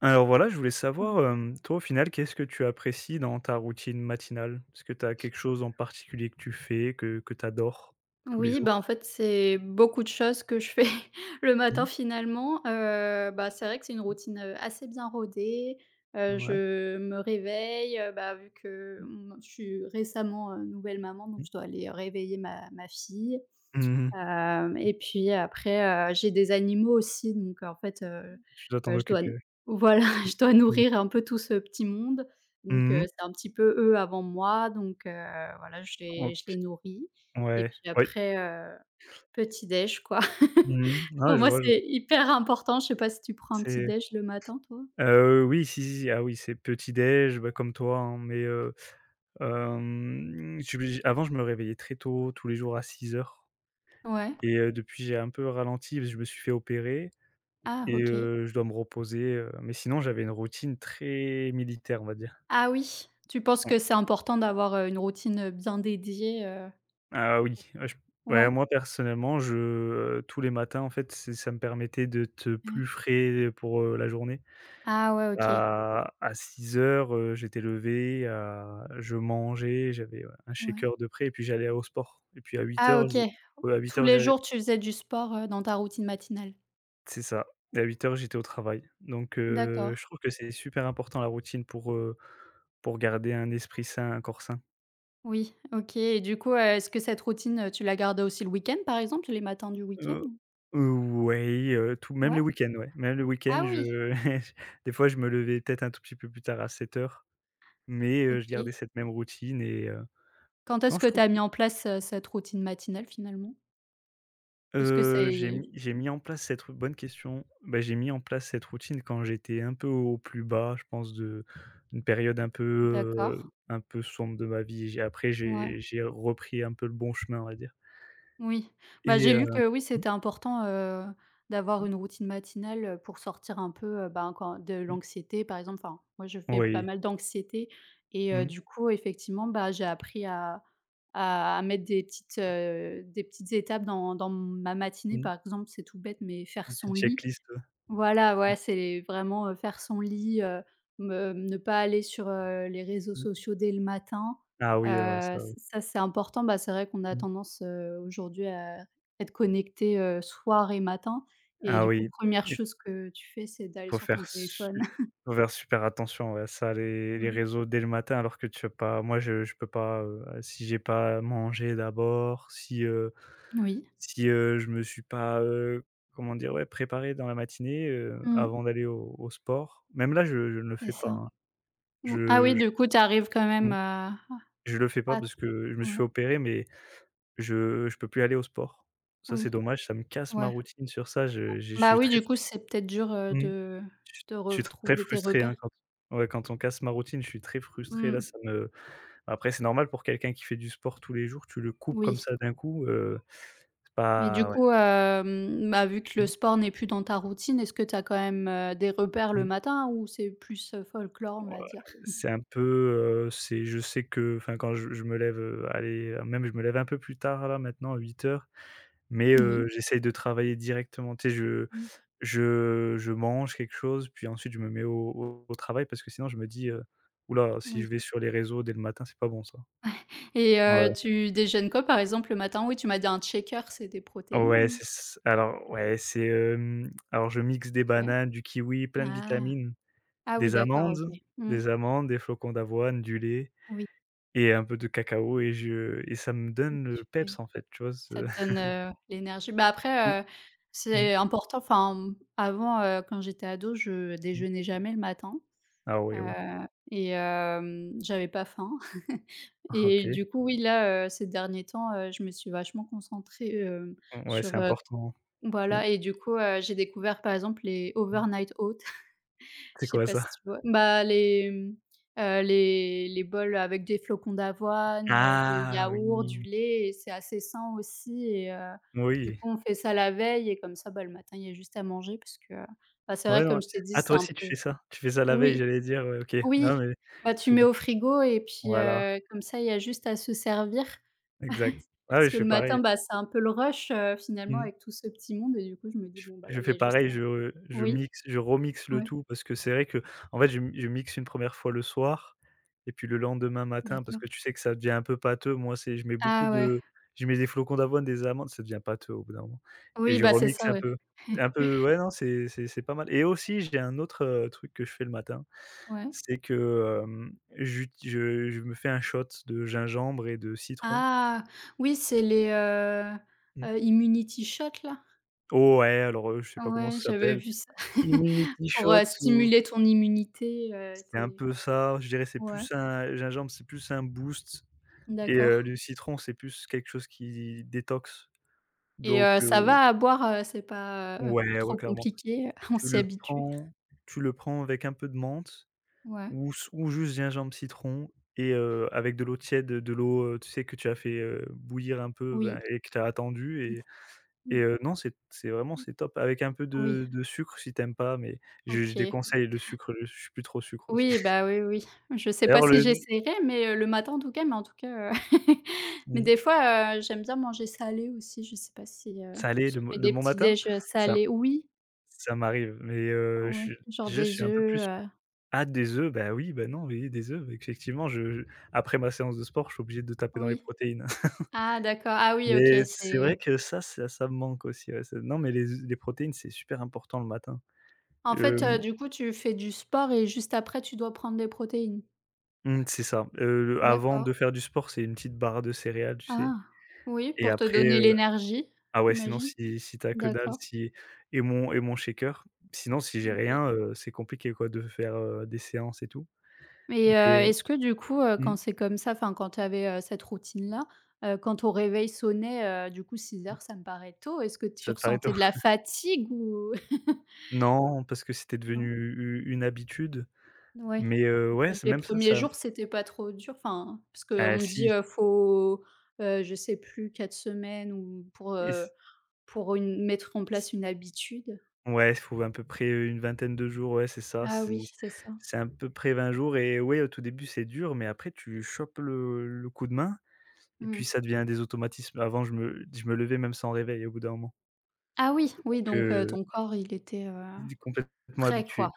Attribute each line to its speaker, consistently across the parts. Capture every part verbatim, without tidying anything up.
Speaker 1: Alors voilà, je voulais
Speaker 2: Oui.
Speaker 1: savoir, hem, toi, au final, qu'est-ce que tu apprécies dans ta routine matinale? Est-ce que tu as quelque chose en particulier que tu fais, que que tu adores tous les
Speaker 2: Oui,
Speaker 1: jours?
Speaker 2: bah, en fait, c'est beaucoup de choses que je fais le matin
Speaker 1: Mmh.
Speaker 2: finalement. Heu, bah, c'est vrai que c'est une routine, heu, assez bien rodée. Heu,
Speaker 1: Ouais.
Speaker 2: je me réveille, heu, bah, vu que, mmh, je suis récemment, heu, nouvelle maman, donc
Speaker 1: Mmh.
Speaker 2: je dois aller réveiller ma ma fille.
Speaker 1: Mmh mh.
Speaker 2: Hem et puis après, heu, j'ai des animaux aussi donc en fait, heu
Speaker 1: Tu dois t'en
Speaker 2: heu, je dois
Speaker 1: occuper, ouais.
Speaker 2: voilà, je dois
Speaker 1: Mmh.
Speaker 2: nourrir un peu tout ce petit monde donc heu,
Speaker 1: Mmh,
Speaker 2: c'est un petit peu eux avant moi donc heu, voilà, je les je les nourris et
Speaker 1: ouais,
Speaker 2: puis
Speaker 1: oui.
Speaker 2: après, heu, petit déj quoi.
Speaker 1: Mmh mh.
Speaker 2: Pour
Speaker 1: Ouais, je
Speaker 2: moi,
Speaker 1: vois, je vois.
Speaker 2: c'est hyper important. Je sais pas si tu prends un petit
Speaker 1: C'est
Speaker 2: déj le matin toi?
Speaker 1: heu, oui, si, si, si. Ah oui, c'est petit déj, bah, comme toi, hein, mais heu, hem, je me j avant, je me réveillais très tôt, tous les jours à six heures.
Speaker 2: Ouais.
Speaker 1: Et heu, depuis, j'ai un peu ralenti parce que je me suis fait opérer.
Speaker 2: Ah
Speaker 1: Et
Speaker 2: OK.
Speaker 1: heu, je dois me reposer, heu, mais sinon j'avais une routine très militaire, on va dire.
Speaker 2: Ah oui, tu penses
Speaker 1: Mmh.
Speaker 2: que c'est important d'avoir, heu, une routine, bien dédiée, heu?
Speaker 1: Ah oui, ouais, je ouais,
Speaker 2: Ouais.
Speaker 1: moi personnellement, je, heu, tous les matins en fait, c'est ça me permettait d'être
Speaker 2: Ouais.
Speaker 1: plus frais pour, heu, la journée.
Speaker 2: Ah ouais, OK.
Speaker 1: À à six heures, heu, j'étais levé, à je mangeais, j'avais, ouais, un
Speaker 2: Ouais.
Speaker 1: shaker de près et puis j'allais au sport et puis à
Speaker 2: Ah
Speaker 1: huit heures
Speaker 2: OK.
Speaker 1: j'ai ouais, à
Speaker 2: Tous
Speaker 1: huit heures
Speaker 2: les
Speaker 1: j'allais
Speaker 2: jours, tu faisais du sport, heu, dans ta routine matinale?
Speaker 1: c'est ça et à huit heures, j'étais au travail. Donc
Speaker 2: D'accord.
Speaker 1: heu, je trouve que c'est super important la routine pour, heu, pour garder un esprit sain, un corps sain.
Speaker 2: Oui, OK et du coup, heu, est-ce que cette routine, heu, tu la gardais aussi le week-end, par exemple, les matins du
Speaker 1: Heu,
Speaker 2: week-end?
Speaker 1: heu, ouais, heu, tout même le
Speaker 2: Ouais?
Speaker 1: week-end, ouais. Même le week-end,
Speaker 2: Ah oui,
Speaker 1: je des fois, je me levais peut-être un tout petit peu plus tard à sept heures, mais heu, je gardais
Speaker 2: OK.
Speaker 1: cette même routine et heu,
Speaker 2: Quand est-ce
Speaker 1: non,
Speaker 2: que
Speaker 1: je
Speaker 2: tu
Speaker 1: trouve
Speaker 2: as
Speaker 1: que,
Speaker 2: mis en place, heu, cette routine matinale, finalement? Est-ce que
Speaker 1: heu, j'ai
Speaker 2: c'est
Speaker 1: mis j'ai
Speaker 2: mmh,
Speaker 1: mis en place cette rou bonne question. Bah, j'ai mis en place cette routine quand j'étais un peu au plus bas, je pense, de une période un peu,
Speaker 2: d'accord.
Speaker 1: heu, un peu sombre de ma vie. J'ai après,
Speaker 2: Ouais.
Speaker 1: j'ai j'ai repris un peu le bon chemin, on va dire.
Speaker 2: Oui, bah,
Speaker 1: Et
Speaker 2: j'ai
Speaker 1: heu,
Speaker 2: lu que oui,
Speaker 1: mmh,
Speaker 2: c'était important, heu, d'avoir
Speaker 1: mmh,
Speaker 2: une routine matinale, heu, pour sortir un peu, heu, ben, quand de
Speaker 1: mmh,
Speaker 2: l'anxiété par exemple. Enfin, moi je fais pas
Speaker 1: oui,
Speaker 2: mal d'anxiété et heu, du
Speaker 1: mmh,
Speaker 2: coup effectivement, bah, j'ai appris à à à mettre des petites, heu, des petites étapes dans dans ma matinée.
Speaker 1: mmh,
Speaker 2: Par exemple, c'est tout bête, mais faire
Speaker 1: une
Speaker 2: son
Speaker 1: petite
Speaker 2: lit,
Speaker 1: checklist, heu,
Speaker 2: voilà,
Speaker 1: mmh,
Speaker 2: ouais, c'est vraiment, heu, faire son lit, heu, me ne pas aller sur, heu, les réseaux
Speaker 1: mmh.
Speaker 2: sociaux dès le matin.
Speaker 1: Ah
Speaker 2: Heu,
Speaker 1: oui, heu, ça.
Speaker 2: ç ça, c'est important. Bah, c'est vrai qu'on a
Speaker 1: Mmh.
Speaker 2: tendance, heu, aujourd'hui à être connecté, heu, soir et matin et
Speaker 1: Ah
Speaker 2: du coup,
Speaker 1: oui,
Speaker 2: première
Speaker 1: il
Speaker 2: chose que tu fais, c'est d'aller
Speaker 1: faut
Speaker 2: sur ton
Speaker 1: faire su
Speaker 2: téléphone.
Speaker 1: faut faire super attention, ouais, ça, les les
Speaker 2: Oui.
Speaker 1: réseaux dès le matin alors que tu as pas, moi je je peux pas, heu, si j'ai pas mangé d'abord, si, heu,
Speaker 2: Oui,
Speaker 1: si, heu, je me suis pas, heu, comment dire? Ouais, préparé dans la matinée, heu,
Speaker 2: mmh,
Speaker 1: avant d'aller au au sport. Même là, je je ne le
Speaker 2: c'est
Speaker 1: fais pas,
Speaker 2: ça.
Speaker 1: hein.
Speaker 2: Mmh, ah
Speaker 1: Je
Speaker 2: oui,
Speaker 1: je
Speaker 2: du coup, tu arrives quand même
Speaker 1: mmh,
Speaker 2: à
Speaker 1: je le fais pas
Speaker 2: à
Speaker 1: parce que je me suis
Speaker 2: ouais,
Speaker 1: fait opérer, mais je je peux plus aller au sport. Ça, c'est
Speaker 2: oui,
Speaker 1: dommage, ça me casse ma
Speaker 2: ouais.
Speaker 1: routine sur ça, je je
Speaker 2: Bah,
Speaker 1: suis
Speaker 2: oui,
Speaker 1: très
Speaker 2: du
Speaker 1: f
Speaker 2: coup, c'est peut-être dur, heu,
Speaker 1: mmh.
Speaker 2: de de
Speaker 1: Je suis très
Speaker 2: retrouver tes
Speaker 1: frustré,
Speaker 2: repères.
Speaker 1: hein, quand ouais, quand on casse ma routine, je suis très frustré là,
Speaker 2: Mmh,
Speaker 1: ça me après c'est normal pour quelqu'un qui fait du sport tous les jours, tu le coupes comme
Speaker 2: oui.
Speaker 1: ça d'un coup, heu, c'est
Speaker 2: Mais du
Speaker 1: pas ouais.
Speaker 2: coup, hem, bah, vu que le
Speaker 1: Mmh
Speaker 2: sport n'est plus dans ta routine, est-ce que tu as quand même, heu, des repères le
Speaker 1: mh.
Speaker 2: matin ou c'est plus, heu, folklore, on
Speaker 1: Voilà,
Speaker 2: va dire?
Speaker 1: c'est un peu, heu, c'est je sais que enfin quand je je me lève, heu, allez, ah, même je me lève un peu plus tard là maintenant à huit heures, mais heu,
Speaker 2: Oui.
Speaker 1: j'essaye de travailler directement. Tu sais, je
Speaker 2: Mmh.
Speaker 1: je je mange quelque chose, puis ensuite je me mets au au au travail parce que sinon je me dis, heu: «Ouh là, si
Speaker 2: Oui
Speaker 1: je vais sur les réseaux dès le matin, c'est pas bon ça».
Speaker 2: et heu,
Speaker 1: Ouais.
Speaker 2: tu déjeunes quoi, par exemple, le matin? Oui, tu m'as dit un shaker, c'est des
Speaker 1: Ouais,
Speaker 2: protéines?
Speaker 1: c'est ç alors ouais, c'est, hem, alors je mixe des
Speaker 2: Ouais.
Speaker 1: bananes, du kiwi, plein de
Speaker 2: Ah!
Speaker 1: vitamines,
Speaker 2: Ah oui,
Speaker 1: des
Speaker 2: d'accord, OK.
Speaker 1: amandes
Speaker 2: Mmh.
Speaker 1: des amandes, des flocons d'avoine, du lait
Speaker 2: Oui,
Speaker 1: et un peu de cacao et je et ça me donne
Speaker 2: tu
Speaker 1: le peps,
Speaker 2: fais
Speaker 1: en fait, tu vois? Ce
Speaker 2: ça te donne, heu, l'énergie. Bah,
Speaker 1: mmh,
Speaker 2: après, heu,
Speaker 1: mmh,
Speaker 2: c'est important, enfin, mmh, avant, heu, quand j'étais ado, je
Speaker 1: mmh.
Speaker 2: déjeunais jamais le matin.
Speaker 1: Ah ouais, oh,
Speaker 2: Heu et hem, j'avais pas faim
Speaker 1: ah, OK.
Speaker 2: et du coup, oui, là, heu, ces derniers temps, heu, je me suis vachement concentrée, hem,
Speaker 1: Mmh, ouais, c'est
Speaker 2: sur, heu
Speaker 1: important.
Speaker 2: voilà et du coup, heu, j'ai découvert, par exemple, les
Speaker 1: Mmh.
Speaker 2: overnight oats.
Speaker 1: C'est
Speaker 2: Je sais
Speaker 1: quoi
Speaker 2: pas si
Speaker 1: ça?
Speaker 2: tu vois? Bah, les, mmh, heu, les les bols avec des flocons d'avoine, heu, de
Speaker 1: Ah
Speaker 2: yaourt, du
Speaker 1: oui,
Speaker 2: lait et c'est assez sain aussi et heu, du
Speaker 1: oui.
Speaker 2: coup, on fait ça la veille et comme ça, bah, le matin, il y a juste à manger parce que, bah, c'est vrai,
Speaker 1: Ouais, non,
Speaker 2: comme je t'ai dit,
Speaker 1: ah,
Speaker 2: c'est
Speaker 1: toi
Speaker 2: un
Speaker 1: aussi tu
Speaker 2: peu
Speaker 1: fais ça? Tu fais ça la veille,
Speaker 2: oui.
Speaker 1: j'allais dire, ouais, OK. Non,
Speaker 2: Oui,
Speaker 1: mais
Speaker 2: bah,
Speaker 1: parce
Speaker 2: tu
Speaker 1: que
Speaker 2: mets
Speaker 1: du
Speaker 2: au
Speaker 1: coup
Speaker 2: frigo et puis,
Speaker 1: voilà,
Speaker 2: heu, comme ça, il y a juste à se servir.
Speaker 1: exact. Ah oui,
Speaker 2: Parce
Speaker 1: je
Speaker 2: que
Speaker 1: fais
Speaker 2: le
Speaker 1: pareil,
Speaker 2: matin,
Speaker 1: hein.
Speaker 2: bah, c'est un peu le rush, heu, finalement
Speaker 1: Mmh.
Speaker 2: avec tout ce petit monde et du coup, je me dis: «Bon, bah, là,
Speaker 1: Je
Speaker 2: il y
Speaker 1: fais
Speaker 2: a juste
Speaker 1: pareil,
Speaker 2: à»
Speaker 1: je je
Speaker 2: oui,
Speaker 1: mixe je remixe le
Speaker 2: ouais.
Speaker 1: tout parce que c'est vrai que en fait, je mi je mixe une première fois le soir et puis le lendemain matin parce
Speaker 2: D'accord.
Speaker 1: que tu sais que ça devient un peu pâteux. Moi, c'est je mets beaucoup
Speaker 2: Ah ouais.
Speaker 1: de je mets des flocons d'avoine, des amandes, ça devient pâteux au bout d'un moment et
Speaker 2: Oui,
Speaker 1: je
Speaker 2: bah, c'est ça,
Speaker 1: remixe un
Speaker 2: ouais.
Speaker 1: peu. Un peu, ouais, non, c'est c'est c'est pas mal et aussi j'ai un autre, heu, truc que je fais le matin,
Speaker 2: Ouais.
Speaker 1: c'est que, hem, j'ut je je me fais un shot de gingembre et de citron.
Speaker 2: Ah! Oui, c'est les, heu
Speaker 1: Mmh.
Speaker 2: heu, immunity shot là?
Speaker 1: Oh ouais, alors, heu, je sais pas comment
Speaker 2: Ouais,
Speaker 1: ça
Speaker 2: j'avais
Speaker 1: s'appelle.
Speaker 2: vu ça.
Speaker 1: Immunity
Speaker 2: Pour,
Speaker 1: shot
Speaker 2: heu,
Speaker 1: ou.
Speaker 2: stimuler ton immunité, heu,
Speaker 1: C'est un
Speaker 2: tu
Speaker 1: peu ça, je dirais, c'est
Speaker 2: ouais,
Speaker 1: plus un gingembre, c'est plus un boost et heu,
Speaker 2: d'accord.
Speaker 1: le citron, c'est plus quelque chose qui détoxe.
Speaker 2: Et heu,
Speaker 1: Donc
Speaker 2: ça
Speaker 1: heu,
Speaker 2: va à boire, heu, c'est pas, heu,
Speaker 1: ouais,
Speaker 2: trop
Speaker 1: ouais, clairement.
Speaker 2: compliqué, on
Speaker 1: Tu
Speaker 2: s'y
Speaker 1: le
Speaker 2: habitue.
Speaker 1: prends tu le prends avec un peu de menthe
Speaker 2: Ouais,
Speaker 1: ou s ou juste gingembre, citron et heu, avec de l'eau tiède, de l'eau, heu, tu sais que tu as fait, heu, bouillir un peu,
Speaker 2: oui.
Speaker 1: ben, et que tu as attendu
Speaker 2: Mmh
Speaker 1: et et heu, non, c'est c'est vraiment
Speaker 2: mh.
Speaker 1: c'est top avec un peu
Speaker 2: Oui,
Speaker 1: de de sucre si tu aimes pas, mais je je
Speaker 2: OK.
Speaker 1: déconseille le sucre, je suis plus trop sucre aussi.
Speaker 2: Oui, bah, oui, oui. Je sais pas
Speaker 1: D'ailleurs,
Speaker 2: si
Speaker 1: le
Speaker 2: j'essaierai, mais heu, le matin en tout cas, mais en tout cas, heu, mais
Speaker 1: mmh,
Speaker 2: des fois, heu, j'aime bien manger salé aussi. Je sais pas si, heu,
Speaker 1: salé
Speaker 2: tu
Speaker 1: le
Speaker 2: te
Speaker 1: m
Speaker 2: fais
Speaker 1: le
Speaker 2: des
Speaker 1: bon
Speaker 2: petits
Speaker 1: matin,
Speaker 2: déj, heu,
Speaker 1: ça.
Speaker 2: salés? Oui,
Speaker 1: Ça m'arrive, mais heu, je
Speaker 2: ouais,
Speaker 1: suis
Speaker 2: genre
Speaker 1: je
Speaker 2: des
Speaker 1: suis un peu
Speaker 2: œufs,
Speaker 1: plus,
Speaker 2: heu,
Speaker 1: ah, des œufs, bah, oui, bah, non, oui, des œufs, effectivement, je je après ma séance de sport, je suis obligé de taper dans les
Speaker 2: oui.
Speaker 1: protéines.
Speaker 2: Ah d'accord, ah oui, OK,
Speaker 1: Mais c'est vrai
Speaker 2: c'est
Speaker 1: que ça, ça ça me manque aussi, ouais, ça, non, mais les œufs les protéines, c'est super important le matin.
Speaker 2: en fait, heu,
Speaker 1: Hem,
Speaker 2: du coup, tu fais du sport et juste après, tu dois prendre des protéines?
Speaker 1: mmh, c'est ça, heu, avant
Speaker 2: D'accord.
Speaker 1: de faire du sport, c'est une petite barre de céréales, tu sais?
Speaker 2: Ah! Oui,
Speaker 1: Et
Speaker 2: pour te
Speaker 1: après,
Speaker 2: donner
Speaker 1: heu
Speaker 2: l'énergie,
Speaker 1: ah ouais, sinon
Speaker 2: j'imagine?
Speaker 1: si si tu as que dalle,
Speaker 2: D'accord,
Speaker 1: si et mon et mon shaker. Sinon, si j'ai
Speaker 2: OK.
Speaker 1: rien, heu, c'est compliqué quoi de faire, heu, des séances et tout. Mais,
Speaker 2: Mais, heu,
Speaker 1: heu,
Speaker 2: est-ce que du coup, heu,
Speaker 1: mmh,
Speaker 2: quand c'est comme ça, enfin quand tu avais, heu, cette routine-là, heu, quand ton réveil sonnait, heu, du coup six
Speaker 1: mmh,
Speaker 2: heures, ça me paraît tôt, est-ce que tu
Speaker 1: ça t'arrête.
Speaker 2: ressentais de la fatigue ou
Speaker 1: Non, parce que c'était
Speaker 2: non?
Speaker 1: devenu u une habitude,
Speaker 2: Oui.
Speaker 1: mais heu, ouais, c'est
Speaker 2: Les
Speaker 1: même ça,
Speaker 2: premiers
Speaker 1: ça,
Speaker 2: jours, c'était pas trop dur? Enfin, parce qu'on
Speaker 1: ah
Speaker 2: me dit,
Speaker 1: si
Speaker 2: heu, faut, heu, je sais plus quatre semaines ou pour,
Speaker 1: et
Speaker 2: heu,
Speaker 1: c
Speaker 2: pour une mettre en
Speaker 1: c
Speaker 2: place une habitude.
Speaker 1: ouais, il faut à peu près une vingtaine de jours, ouais, c'est ça,
Speaker 2: Ah
Speaker 1: c'est
Speaker 2: oui, c'est ça.
Speaker 1: c'est à peu près vingt jours et ouais, au tout début, c'est dur, mais après tu chopes le le coup de main et
Speaker 2: Mmh.
Speaker 1: puis ça devient des automatismes. Avant, je me je me levais même sans réveil au bout d'un moment,
Speaker 2: Ah oui, oui
Speaker 1: donc
Speaker 2: donc heu,
Speaker 1: heu,
Speaker 2: ton corps il était, heu,
Speaker 1: il est complètement
Speaker 2: prêt quoi.
Speaker 1: habitué.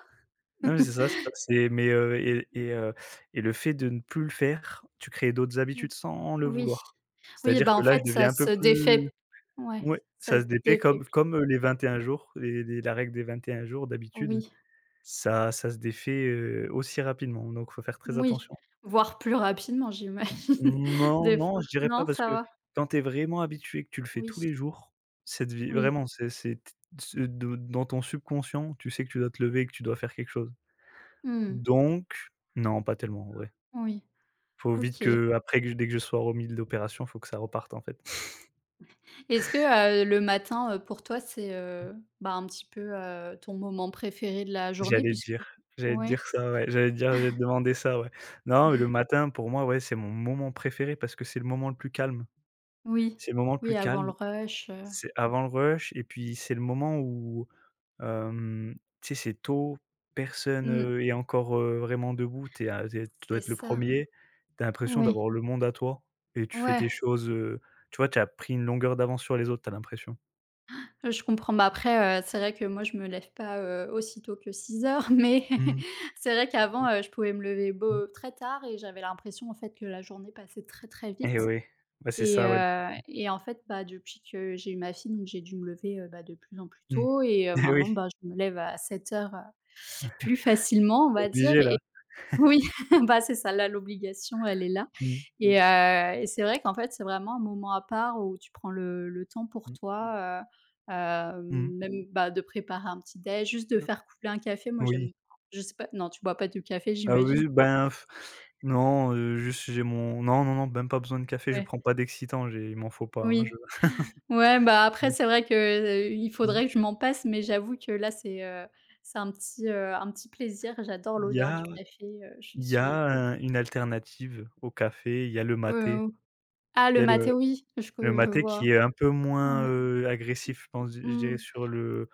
Speaker 2: Mmh.
Speaker 1: Non, mais c'est ça, c'est ça, c'est, mais heu et et heu et le fait de ne plus le faire, tu crées d'autres habitudes sans le
Speaker 2: Oui.
Speaker 1: vouloir.
Speaker 2: Oui,
Speaker 1: C'est-à-dire
Speaker 2: bah,
Speaker 1: que
Speaker 2: en
Speaker 1: là, je
Speaker 2: fait
Speaker 1: deviens
Speaker 2: ça
Speaker 1: un peu
Speaker 2: se
Speaker 1: plus,
Speaker 2: défait ouais,
Speaker 1: ouais,
Speaker 2: ça
Speaker 1: ça
Speaker 2: se
Speaker 1: se défait
Speaker 2: défait
Speaker 1: comme
Speaker 2: plus.
Speaker 1: comme, heu, les vingt et un jours, les les la règle des vingt et un jours d'habitude,
Speaker 2: Oui,
Speaker 1: ça ça se défait, heu, aussi rapidement, donc faut faire très
Speaker 2: moui,
Speaker 1: attention.
Speaker 2: voire plus rapidement j'imagine
Speaker 1: Non,
Speaker 2: des fois.
Speaker 1: non, je dirais pas
Speaker 2: Non,
Speaker 1: parce
Speaker 2: ça
Speaker 1: que
Speaker 2: va?
Speaker 1: quand tu es vraiment habitué, que tu le fais tous
Speaker 2: Oui,
Speaker 1: les jours, cette vie
Speaker 2: oui.
Speaker 1: vraiment, c'est c'est t de dans ton subconscient, tu sais que tu dois te lever et que tu dois faire quelque chose,
Speaker 2: Mmh.
Speaker 1: donc non, pas tellement, en vrai.
Speaker 2: Oui,
Speaker 1: Faut vite
Speaker 2: OK.
Speaker 1: que après que dès que je sois remis de l'opération, faut que ça reparte, en fait.
Speaker 2: Est-ce que, heu, le matin, heu, pour toi c'est, heu, bah, un petit peu, heu, ton moment préféré de la journée
Speaker 1: J'allais te
Speaker 2: puisque
Speaker 1: dire j'allais te
Speaker 2: ouais,
Speaker 1: dire ça, ouais, j'allais te dire j'allais te demander ça, ouais. Non, mais le matin pour moi, ouais, c'est mon moment préféré parce que c'est le moment le plus calme.
Speaker 2: oui,
Speaker 1: C'est le moment le
Speaker 2: oui
Speaker 1: plus
Speaker 2: avant le
Speaker 1: calme,
Speaker 2: rush, heu,
Speaker 1: c'est avant le rush et puis c'est le moment où, hem, tu sais, c'est tôt, personne,
Speaker 2: mmh,
Speaker 1: heu, est encore, heu, vraiment debout. Tu es à tu es tu dois
Speaker 2: c'est
Speaker 1: être le
Speaker 2: ça.
Speaker 1: premier. Er Tu as l'impression
Speaker 2: Oui.
Speaker 1: d'avoir le monde à toi et tu fais
Speaker 2: Ouais,
Speaker 1: tes choses, heu, tu vois, tu as pris une longueur d'avance sur les autres, tu as l'impression.
Speaker 2: heu, je comprends. Bah, après, heu, c'est vrai que moi, je me lève pas, heu, aussi tôt que six heures, mais
Speaker 1: Mmh.
Speaker 2: c'est vrai qu'avant, heu, je pouvais me lever beau très tard et j'avais l'impression, en fait, que la journée passait très, très
Speaker 1: Eh
Speaker 2: vite
Speaker 1: oui, bah, c'est
Speaker 2: et
Speaker 1: ça, ouais.
Speaker 2: heu et en fait, bah, depuis que j'ai eu ma fille, donc j'ai dû me lever, heu, bah, de plus en plus
Speaker 1: Mmh.
Speaker 2: tôt et heu,
Speaker 1: Eh oui,
Speaker 2: maintenant, bah, je me lève à sept heures, heu, plus facilement, on
Speaker 1: tu es
Speaker 2: va dire.
Speaker 1: obligé là.
Speaker 2: Oui, bah, c'est ça, là, l'obligation, elle est là.
Speaker 1: Mmh.
Speaker 2: Mmh. Et heu et c'est vrai qu'en fait, c'est vraiment un moment à part où tu prends le le temps pour
Speaker 1: Mmh.
Speaker 2: toi, heu, heu,
Speaker 1: Mmh.
Speaker 2: même, bah, de préparer un petit déj, juste de
Speaker 1: Heu,
Speaker 2: faire couler un café. Moi, j'aime
Speaker 1: oui.
Speaker 2: je sais pas non, tu bois pas du café,
Speaker 1: Ah oui,
Speaker 2: j'imagine?
Speaker 1: oui, ben, non, heu, juste j'ai mon non, non, non, même pas besoin de café, je
Speaker 2: Ouais.
Speaker 1: prends pas d'excitant, j'ai il m'en faut pas, hein, je
Speaker 2: Oui. Ouais, bah, après, c'est vrai que, heu, il
Speaker 1: mmh.
Speaker 2: faudrait que je m'en passe, mais j'avoue que là, c'est, heu, c'est un petit, heu, un petit plaisir. J'adore
Speaker 1: Il y
Speaker 2: l'odeur du
Speaker 1: a
Speaker 2: café, heu, je
Speaker 1: il y a
Speaker 2: suis
Speaker 1: un une alternative au café, il y a le maté.
Speaker 2: heu, ah,
Speaker 1: Il y
Speaker 2: le
Speaker 1: a
Speaker 2: maté,
Speaker 1: le
Speaker 2: oui, je co
Speaker 1: le
Speaker 2: je
Speaker 1: maté
Speaker 2: vois.
Speaker 1: qui est un peu moins,
Speaker 2: Ouais.
Speaker 1: heu, agressif, je pense, je dirais
Speaker 2: Mmh.
Speaker 1: sur le,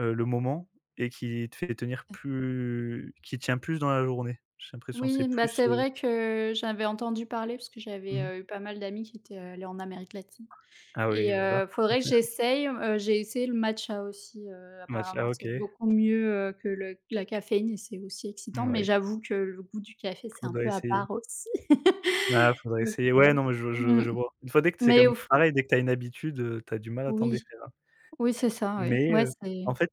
Speaker 1: heu, le moment et qui te fait tenir plus qui tient plus dans la journée. J'ai l'impression c'est
Speaker 2: Oui, bah,
Speaker 1: plus,
Speaker 2: c'est
Speaker 1: heu
Speaker 2: vrai que j'avais entendu parler parce que j'avais,
Speaker 1: mmh.
Speaker 2: heu, eu pas mal d'amis qui étaient euh, allés en Amérique latine
Speaker 1: Ah oui,
Speaker 2: et
Speaker 1: bah, là,
Speaker 2: heu, faudrait que j'essaye, heu, j'ai essayé le matcha aussi, heu,
Speaker 1: match
Speaker 2: apparemment
Speaker 1: ah OK,
Speaker 2: c'est beaucoup mieux, heu, que le la caféine et c'est aussi excitant,
Speaker 1: mmh,
Speaker 2: mais
Speaker 1: ouais,
Speaker 2: j'avoue que le goût du café, c'est un peu
Speaker 1: faudrait
Speaker 2: à
Speaker 1: essayer.
Speaker 2: part aussi.
Speaker 1: Ah, faudrait
Speaker 2: Donc
Speaker 1: essayer. Ouais,
Speaker 2: heu,
Speaker 1: non, mais je je
Speaker 2: mmh,
Speaker 1: je vois. Une fois dès que c'est
Speaker 2: mais
Speaker 1: comme
Speaker 2: au fond
Speaker 1: pareil, dès que tu as une habitude, heu, tu as du mal à t'en
Speaker 2: oui,
Speaker 1: défaire, hein.
Speaker 2: oui c'est ça, oui.
Speaker 1: Mais,
Speaker 2: Ouais,
Speaker 1: heu,
Speaker 2: c'est
Speaker 1: en fait,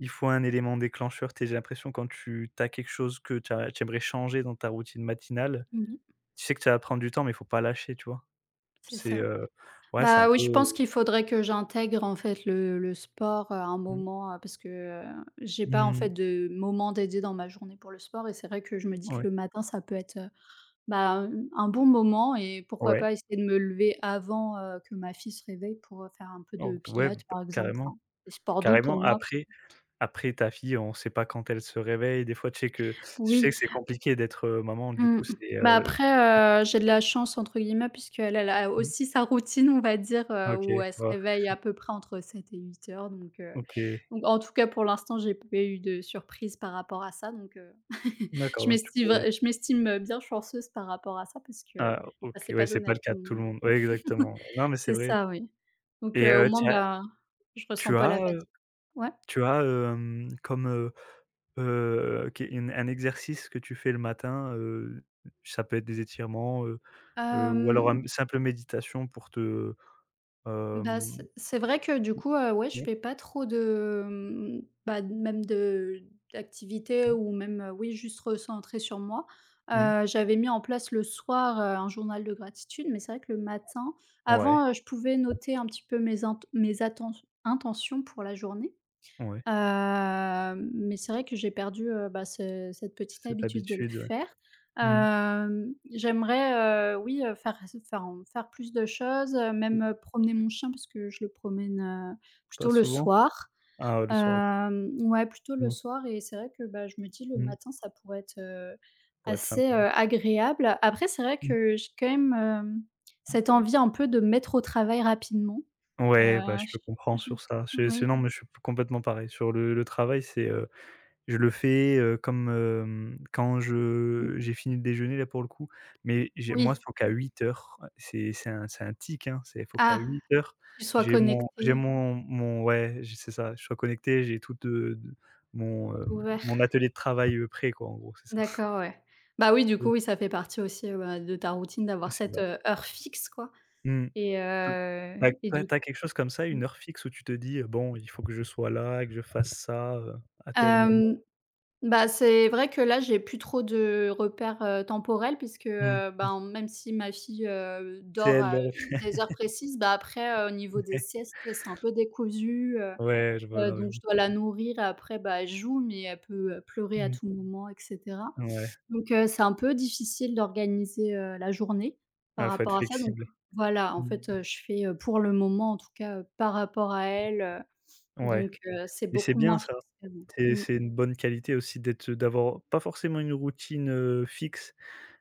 Speaker 1: il faut un élément déclencheur, tu sais, j'ai l'impression, quand tu tu as quelque chose que tu as tu aimerais changer dans ta routine matinale,
Speaker 2: mmh
Speaker 1: tu sais que ça va prendre du temps, mais il faut pas lâcher, tu vois?
Speaker 2: c'est
Speaker 1: C'est,
Speaker 2: ça.
Speaker 1: heu, ouais, c'est un
Speaker 2: Bah, oui,
Speaker 1: peu,
Speaker 2: je
Speaker 1: heu,
Speaker 2: pense qu'il faudrait que j'intègre, en fait, le le sport, à un
Speaker 1: mmh,
Speaker 2: moment, heu, parce que, heu, j'ai pas, en
Speaker 1: mmh,
Speaker 2: fait, de moment dédié dans ma journée pour le sport et c'est vrai que je me dis que
Speaker 1: ouais,
Speaker 2: le matin, ça peut être, heu, bah, hem, un bon moment et pourquoi pas
Speaker 1: ouais,
Speaker 2: essayer de me lever avant, heu, que ma fille se réveille pour, heu, faire un peu de
Speaker 1: donc ouais, bah,
Speaker 2: pilates, par exemple, enfin,
Speaker 1: carrément,
Speaker 2: des sports doux pour
Speaker 1: carrément.
Speaker 2: moi,
Speaker 1: Après Après ta fille, on sait pas quand elle se réveille. Des fois, tu sais que je sais
Speaker 2: oui.
Speaker 1: que c'est compliqué d'être, heu, maman, du
Speaker 2: Mmh.
Speaker 1: coup, c'est,
Speaker 2: Bah,
Speaker 1: heu
Speaker 2: après, heu, j'ai de la «chance» entre guillemets puisqu'elle elle a
Speaker 1: mmh,
Speaker 2: aussi sa routine, on va dire, heu,
Speaker 1: OK,
Speaker 2: où elle se
Speaker 1: ouais,
Speaker 2: réveille à peu près entre sept et huit heures donc heu,
Speaker 1: OK.
Speaker 2: donc en tout cas pour l'instant, j'ai pas eu de surprise par rapport à ça donc heu,
Speaker 1: D'accord,
Speaker 2: je
Speaker 1: donc tu
Speaker 2: m'estime vr
Speaker 1: pourrais
Speaker 2: je m'estime, heu, bien chanceuse par rapport à ça parce que,
Speaker 1: ah
Speaker 2: bah,
Speaker 1: OK,
Speaker 2: c'est pas
Speaker 1: ouais, c'est
Speaker 2: donné
Speaker 1: pas
Speaker 2: à
Speaker 1: le
Speaker 2: tout
Speaker 1: cas
Speaker 2: le
Speaker 1: de tout
Speaker 2: monde.
Speaker 1: le monde. Ouais, exactement. Non, mais c'est
Speaker 2: C'est
Speaker 1: vrai.
Speaker 2: ça, oui. Donc
Speaker 1: Et
Speaker 2: heu, au
Speaker 1: heu,
Speaker 2: moins,
Speaker 1: tu as
Speaker 2: bah, je ressens
Speaker 1: tu
Speaker 2: pas
Speaker 1: as,
Speaker 2: la fatigue.
Speaker 1: heu,
Speaker 2: Ouais?
Speaker 1: tu as, hem, comme, heu heu, qu une un exercice que tu fais le matin, heu, ça peut être des étirements, heu heu, ou alors un
Speaker 2: Hem
Speaker 1: simple méditation pour te,
Speaker 2: Bah,
Speaker 1: hem,
Speaker 2: c'est c'est vrai que du coup, heu, ouais, je
Speaker 1: ouais,
Speaker 2: fais pas trop de, mmh, bah, même de d'activités ou même, heu, oui, juste recentrer sur moi.
Speaker 1: mmh mh,
Speaker 2: Heu, j'avais mis en place le soir, heu, un journal de gratitude, mais c'est vrai que le matin
Speaker 1: ouais,
Speaker 2: avant, heu, je pouvais noter un petit peu mes int mes atten intentions pour la journée.
Speaker 1: ouais,
Speaker 2: Hem, mais c'est vrai que j'ai perdu, heu, bah, ce cette petite
Speaker 1: cette
Speaker 2: habitude de le
Speaker 1: habitude, ouais.
Speaker 2: faire.
Speaker 1: Mmh.
Speaker 2: Hem, j'aimerais, heu, oui, heu, faire faire en faire plus de choses, heu, même,
Speaker 1: Mmh.
Speaker 2: heu, promener mon chien parce que je le promène, heu,
Speaker 1: Pas
Speaker 2: plutôt le
Speaker 1: souvent?
Speaker 2: soir.
Speaker 1: Ah ouais, le soir, OK.
Speaker 2: Hem, ouais, plutôt le
Speaker 1: Mmh.
Speaker 2: soir et c'est vrai que, bah, je me dis le
Speaker 1: Mmh.
Speaker 2: matin, ça pourrait être, heu,
Speaker 1: Pourrait être
Speaker 2: assez,
Speaker 1: sympa.
Speaker 2: heu, agréable. Après c'est vrai
Speaker 1: Mmh.
Speaker 2: que j'ai quand même, hem, cette envie un peu de me mettre au travail rapidement. Heu,
Speaker 1: Ouais, bah, je te
Speaker 2: je
Speaker 1: comprends
Speaker 2: je
Speaker 1: sur ça. C'est c'est
Speaker 2: oui,
Speaker 1: non, mais je suis p complètement pareil. Sur le le travail, c'est, heu, je le fais, heu, comme, hem, quand je
Speaker 2: mmh,
Speaker 1: j'ai fini le déjeuner, là, pour le coup, mais j'ai moi,
Speaker 2: oui.
Speaker 1: faut qu'à huit heures. c'est c'est un c'est un tic, hein, c'est faut qu'à
Speaker 2: Ah!
Speaker 1: huit heures,
Speaker 2: Tu sois
Speaker 1: j'ai mon j'ai
Speaker 2: connecté,
Speaker 1: mon mon ouais, j c'est ça, je sois connecté, j'ai tout de de mon, heu,
Speaker 2: ouvert.
Speaker 1: mon atelier de travail, heu, prêt, quoi, en gros, c'est ça.
Speaker 2: D'accord, ouais. Bah, oui, du coup,
Speaker 1: Mmh.
Speaker 2: oui, ça fait partie aussi, heu, bah, de ta routine d'avoir
Speaker 1: C'est
Speaker 2: cette,
Speaker 1: ça.
Speaker 2: heu, heure fixe, quoi
Speaker 1: Mmh.
Speaker 2: et
Speaker 1: Heu,
Speaker 2: heu
Speaker 1: tu as
Speaker 2: et
Speaker 1: tu as
Speaker 2: du
Speaker 1: tu as quelque chose comme ça,
Speaker 2: mmh.
Speaker 1: une heure fixe où tu te dis, heu: «Bon, il faut que je sois là, que je fasse ça, heu, à tel moment».
Speaker 2: Bah, c'est vrai que là, j'ai plus trop de repères, heu, temporels puisque,
Speaker 1: Mmh
Speaker 2: heu,
Speaker 1: mh.
Speaker 2: ben, même si ma fille, heu,
Speaker 1: C'est
Speaker 2: dort
Speaker 1: elle le
Speaker 2: à
Speaker 1: reflet.
Speaker 2: des heures précises, bah, après, heu, au niveau des siestes, c'est un peu décousu, heu
Speaker 1: Ouais, je vois,
Speaker 2: heu,
Speaker 1: non, mais
Speaker 2: donc
Speaker 1: oui.
Speaker 2: je dois la nourrir et après, bah, elle joue mais elle peut, heu, pleurer à
Speaker 1: Mmh.
Speaker 2: tout moment et cetera.
Speaker 1: Ouais.
Speaker 2: Donc heu, c'est un peu difficile d'organiser, heu, la journée par
Speaker 1: Ah, faut être
Speaker 2: rapport à ça donc
Speaker 1: flexible.
Speaker 2: voilà, en
Speaker 1: Mmh.
Speaker 2: fait, heu, je fais, heu, pour le moment en tout cas, heu, par rapport à elle, heu,
Speaker 1: Ouais,
Speaker 2: donc heu, c'est
Speaker 1: mais c'est
Speaker 2: beaucoup
Speaker 1: bien
Speaker 2: moins
Speaker 1: ça.
Speaker 2: fixe qu'avant.
Speaker 1: C'est
Speaker 2: Mmh.
Speaker 1: c'est une bonne qualité aussi d'être d'avoir pas forcément une routine, heu, fixe,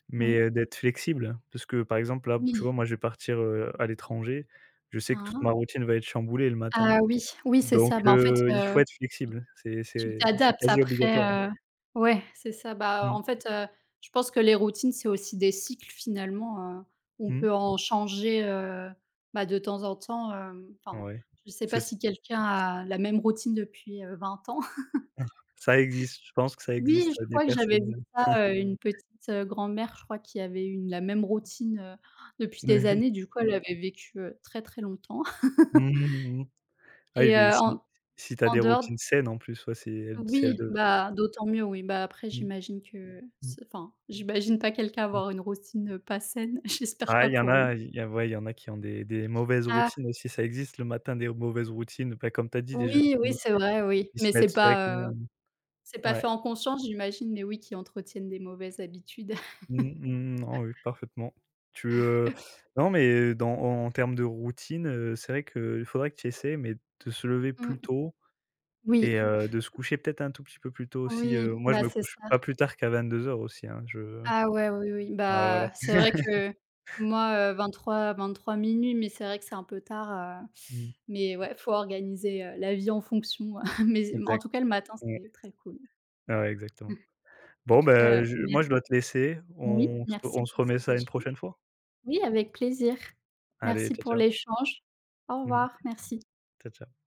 Speaker 1: mais,
Speaker 2: Oui.
Speaker 1: heu, d'être flexible. Parce que, par exemple, là, tu
Speaker 2: Oui.
Speaker 1: vois, moi, je vais partir, heu, à l'étranger. Je sais que toute ma
Speaker 2: Ah!
Speaker 1: routine va être chamboulée le matin.
Speaker 2: Ah oui, oui, c'est
Speaker 1: Donc,
Speaker 2: ça. Bah, en fait,
Speaker 1: heu, il
Speaker 2: heu
Speaker 1: faut être flexible. C'est
Speaker 2: Tu
Speaker 1: c'est c'est
Speaker 2: t'adaptes
Speaker 1: quasi
Speaker 2: après,
Speaker 1: obligatoire.
Speaker 2: heu ouais, c'est ça. Bah,
Speaker 1: Mmh
Speaker 2: en fait, heu, je pense que les routines, c'est aussi des cycles finalement, heu, on
Speaker 1: mh.
Speaker 2: peut en changer, heu, bah, de temps en temps, hem, enfin,
Speaker 1: Ouais.
Speaker 2: je sais
Speaker 1: C'est
Speaker 2: pas
Speaker 1: ç
Speaker 2: si quelqu'un a la même routine depuis, heu, vingt ans.
Speaker 1: ça existe, je pense que ça
Speaker 2: Oui,
Speaker 1: existe,
Speaker 2: je
Speaker 1: ouais, des
Speaker 2: crois que j'avais vu
Speaker 1: personnes,
Speaker 2: ça, heu, une petite, heu, grand-mère, je crois, qui avait une la même routine, heu, depuis des
Speaker 1: heu
Speaker 2: années. Du coup, elle avait vécu, heu, très, très longtemps
Speaker 1: mmh mh, mmh. Ah, et
Speaker 2: et
Speaker 1: puis
Speaker 2: heu,
Speaker 1: si
Speaker 2: en
Speaker 1: si tu as
Speaker 2: en
Speaker 1: des
Speaker 2: dehors.
Speaker 1: routines saines en plus, ouais, si elles si elles
Speaker 2: Oui,
Speaker 1: de
Speaker 2: bah, d'autant mieux, oui. Bah, après
Speaker 1: mmh
Speaker 2: j'imagine que
Speaker 1: mh
Speaker 2: c'est enfin, j'imagine pas quelqu'un
Speaker 1: mh.
Speaker 2: avoir une routine, heu, pas saine, j'espère
Speaker 1: Ah
Speaker 2: pas
Speaker 1: il y en
Speaker 2: pour
Speaker 1: a
Speaker 2: lui.
Speaker 1: il y a ouais, il y en a qui ont des des mauvaises
Speaker 2: Ah,
Speaker 1: routines aussi, ça existe le matin, des mauvaises routines, bah, comme tu as dit, des gens
Speaker 2: oui, oui,
Speaker 1: qui
Speaker 2: c'est vrai, oui,
Speaker 1: qui se
Speaker 2: mais c'est
Speaker 1: mettent
Speaker 2: pas, heu,
Speaker 1: directement,
Speaker 2: c'est
Speaker 1: mmh,
Speaker 2: pas fait
Speaker 1: ouais.
Speaker 2: en conscience j'imagine, mais oui, qui entretiennent des mauvaises habitudes.
Speaker 1: Mmh, mmh, mmh, non, oui, parfaitement. Tu, heu, non, mais dans en en termes de routine, heu, c'est vrai qu'il faudrait que tu essaies mais de se lever plus
Speaker 2: Mmh,
Speaker 1: tôt.
Speaker 2: oui,
Speaker 1: Et heu, de se coucher peut-être un tout petit peu plus tôt aussi, heu,
Speaker 2: oui,
Speaker 1: moi je
Speaker 2: bah,
Speaker 1: me
Speaker 2: c'est ça.
Speaker 1: couche pas plus tard qu'à vingt-deux heures aussi, hein, je.
Speaker 2: Ah ouais, oui, oui,
Speaker 1: Ah voilà.
Speaker 2: bah, c'est vrai que moi, euh, vingt-trois, vingt-trois 2300 mais c'est vrai que c'est un peu tard, heu,
Speaker 1: Mmh.
Speaker 2: mais ouais, faut organiser, heu, la vie en fonction. Mais en
Speaker 1: Exact,
Speaker 2: tout cas, le matin,
Speaker 1: ouais.
Speaker 2: c'est très cool.
Speaker 1: Ah ouais, exactement.
Speaker 2: En
Speaker 1: Bon
Speaker 2: tout cas,
Speaker 1: ben je
Speaker 2: mer
Speaker 1: moi je dois te laisser,
Speaker 2: oui,
Speaker 1: on se
Speaker 2: merci
Speaker 1: on se
Speaker 2: pour
Speaker 1: remet
Speaker 2: cet
Speaker 1: ça une prochaine
Speaker 2: échange.
Speaker 1: fois.
Speaker 2: Oui, avec plaisir.
Speaker 1: Allez,
Speaker 2: Merci
Speaker 1: ciao,
Speaker 2: pour
Speaker 1: ciao.
Speaker 2: l'échange. Au
Speaker 1: Mmh.
Speaker 2: revoir, merci.
Speaker 1: Ciao, ciao.